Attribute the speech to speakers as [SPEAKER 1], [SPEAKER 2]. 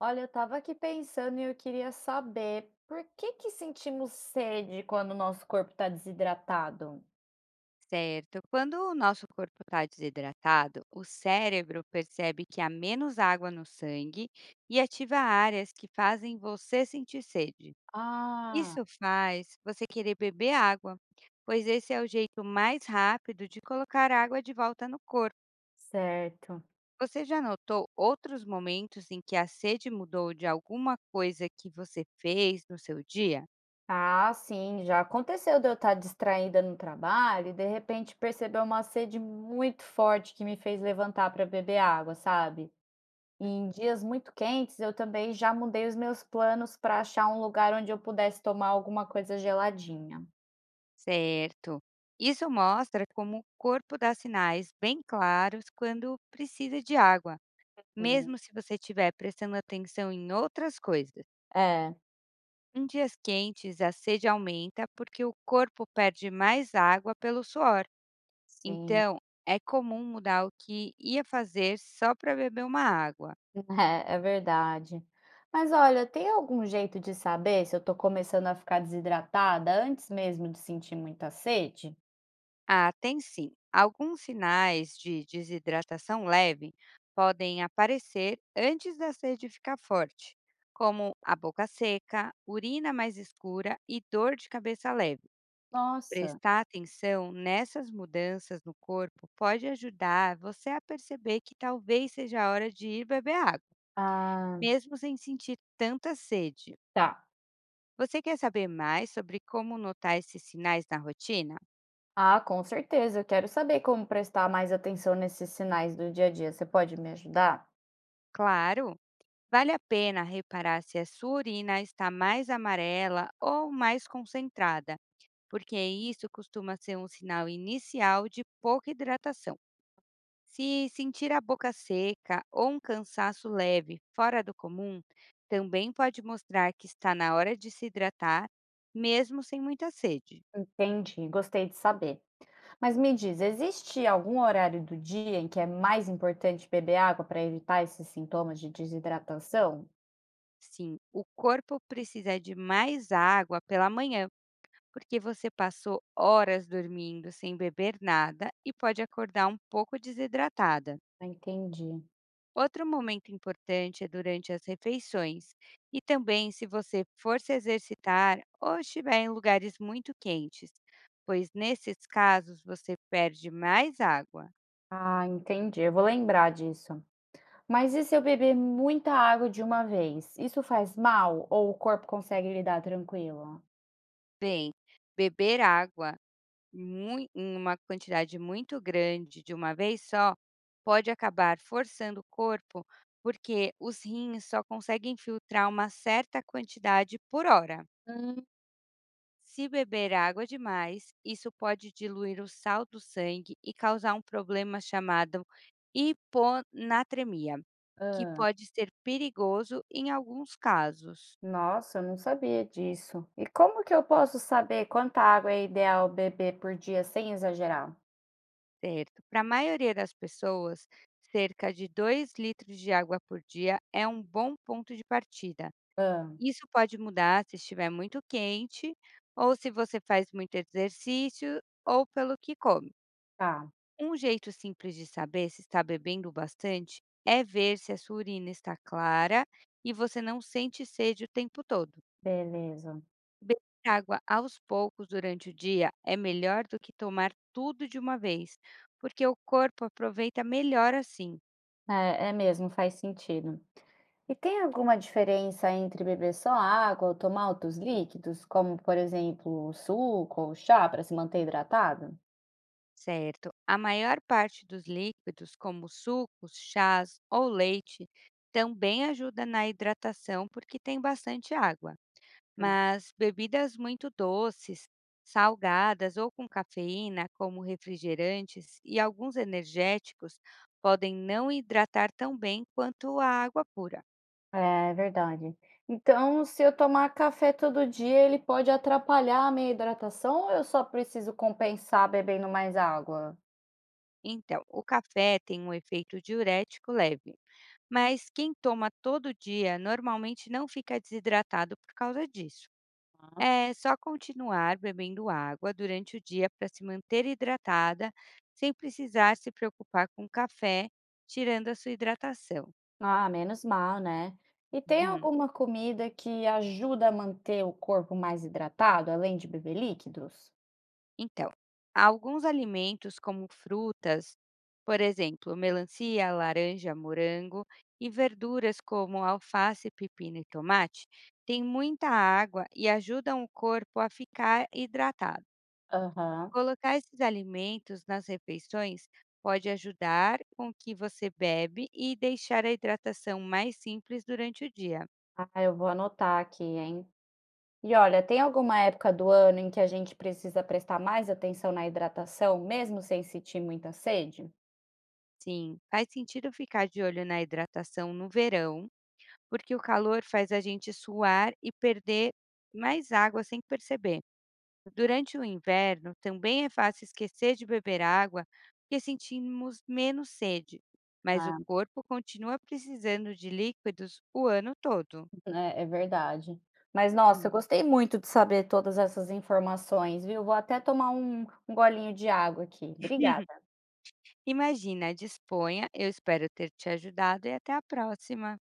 [SPEAKER 1] Olha, eu estava aqui pensando e eu queria saber por que sentimos sede quando o nosso corpo está desidratado?
[SPEAKER 2] Certo. Quando o nosso corpo está desidratado, o cérebro percebe que há menos água no sangue e ativa áreas que fazem você sentir sede.
[SPEAKER 1] Ah,
[SPEAKER 2] Isso faz você querer beber água, pois esse é o jeito mais rápido de colocar água de volta no corpo.
[SPEAKER 1] certo.
[SPEAKER 2] Você já notou outros momentos em que a sede mudou de alguma coisa que você fez no seu dia?
[SPEAKER 1] Ah, sim, já aconteceu de eu estar distraída no trabalho e de repente perceber uma sede muito forte que me fez levantar para beber água, sabe? E em dias muito quentes, eu também já mudei os meus planos para achar um lugar onde eu pudesse tomar alguma coisa geladinha.
[SPEAKER 2] Certo. Isso mostra como o corpo dá sinais bem claros quando precisa de água,
[SPEAKER 1] hum,
[SPEAKER 2] mesmo se você estiver prestando atenção em outras coisas.
[SPEAKER 1] é,
[SPEAKER 2] Em dias quentes, a sede aumenta porque o corpo perde mais água pelo suor.
[SPEAKER 1] sim.
[SPEAKER 2] Então, é comum mudar o que ia fazer só para beber uma água.
[SPEAKER 1] É, é verdade. Mas olha, tem algum jeito de saber se eu tô começando a ficar desidratada antes mesmo de sentir muita sede?
[SPEAKER 2] Ah, tem sim. Alguns sinais de desidratação leve podem aparecer antes da sede ficar forte, como a boca seca, urina mais escura e dor de cabeça leve.
[SPEAKER 1] Nossa,
[SPEAKER 2] Prestar atenção nessas mudanças no corpo pode ajudar você a perceber que talvez seja a hora de ir beber água,
[SPEAKER 1] ah,
[SPEAKER 2] mesmo sem sentir tanta sede.
[SPEAKER 1] tá.
[SPEAKER 2] Você quer saber mais sobre como notar esses sinais na rotina?
[SPEAKER 1] Ah, com certeza. Eu quero saber como prestar mais atenção nesses sinais do dia a dia. Você pode me ajudar?
[SPEAKER 2] Claro! Vale a pena reparar se a sua urina está mais amarela ou mais concentrada, porque isso costuma ser um sinal inicial de pouca hidratação. Se sentir a boca seca ou um cansaço leve fora do comum, também pode mostrar que está na hora de se hidratar, mesmo sem muita sede.
[SPEAKER 1] Entendi, gostei de saber. Mas me diz, existe algum horário do dia em que é mais importante beber água para evitar esses sintomas de desidratação?
[SPEAKER 2] Sim, o corpo precisa de mais água pela manhã porque você passou horas dormindo sem beber nada e pode acordar um pouco desidratada.
[SPEAKER 1] Ah, entendi.
[SPEAKER 2] Outro momento importante é durante as refeições e também se você for se exercitar ou estiver em lugares muito quentes, pois nesses casos você perde mais água.
[SPEAKER 1] Ah, entendi. Eu vou lembrar disso. Mas e se eu beber muita água de uma vez, isso faz mal ou o corpo consegue lidar tranquilo?
[SPEAKER 2] Bem, beber água mui em uma quantidade muito grande de uma vez só, pode acabar forçando o corpo, porque os rins só conseguem filtrar uma certa quantidade por hora.
[SPEAKER 1] Hum,
[SPEAKER 2] Se beber água demais, isso pode diluir o sal do sangue e causar um problema chamado hiponatremia, que
[SPEAKER 1] hã.
[SPEAKER 2] pode ser perigoso em alguns casos.
[SPEAKER 1] Nossa, eu não sabia disso. E como que eu posso saber quanta água é ideal beber por dia sem exagerar?
[SPEAKER 2] Certo. Para a maioria das pessoas, cerca de 2 litros de água por dia é um bom ponto de partida.
[SPEAKER 1] Ah,
[SPEAKER 2] Isso pode mudar se estiver muito quente, ou se você faz muito exercício, ou pelo que come.
[SPEAKER 1] tá,
[SPEAKER 2] Um jeito simples de saber se está bebendo bastante é ver se a sua urina está clara e você não sente sede o tempo todo.
[SPEAKER 1] beleza.
[SPEAKER 2] Beber água aos poucos durante o dia é melhor do que tomar tudo de uma vez, porque o corpo aproveita melhor assim,
[SPEAKER 1] É, é mesmo, faz sentido. E tem alguma diferença entre beber só água ou tomar outros líquidos, como por exemplo, suco ou chá para se manter hidratado?
[SPEAKER 2] certo? A maior parte dos líquidos, como sucos, chás ou leite, também ajuda na hidratação porque tem bastante água. Mas bebidas muito doces, salgadas ou com cafeína, como refrigerantes e alguns energéticos, podem não hidratar tão bem quanto a água pura.
[SPEAKER 1] É verdade. Então, se eu tomar café todo dia, ele pode atrapalhar a minha hidratação ou eu só preciso compensar bebendo mais água?
[SPEAKER 2] Então, o café tem um efeito diurético leve, mas quem toma todo dia normalmente não fica desidratado por causa disso.
[SPEAKER 1] Ah,
[SPEAKER 2] É só continuar bebendo água durante o dia para se manter hidratada, sem precisar se preocupar com o café, tirando a sua hidratação.
[SPEAKER 1] ah, menos mal, né? E tem
[SPEAKER 2] Uhum.
[SPEAKER 1] alguma comida que ajuda a manter o corpo mais hidratado, além de beber líquidos?
[SPEAKER 2] Então, alguns alimentos como frutas, por exemplo, melancia, laranja, morango e verduras como alface, pepino e tomate, têm muita água e ajudam o corpo a ficar hidratado.
[SPEAKER 1] Aham.
[SPEAKER 2] Colocar esses alimentos nas refeições pode ajudar com o que você bebe e deixar a hidratação mais simples durante o dia.
[SPEAKER 1] Ah, eu vou anotar aqui, hein? E olha, tem alguma época do ano em que a gente precisa prestar mais atenção na hidratação, mesmo sem sentir muita sede?
[SPEAKER 2] Sim, faz sentido ficar de olho na hidratação no verão, porque o calor faz a gente suar e perder mais água sem perceber. Durante o inverno, também é fácil esquecer de beber água, porque sentimos menos sede, mas o corpo continua precisando de líquidos o ano todo.
[SPEAKER 1] É, é verdade. Mas nossa, eu
[SPEAKER 2] Hum.
[SPEAKER 1] gostei muito de saber todas essas informações, viu? Vou até tomar um golinho de água aqui. Obrigada.
[SPEAKER 2] Imagina, disponha, eu espero ter te ajudado e até a próxima!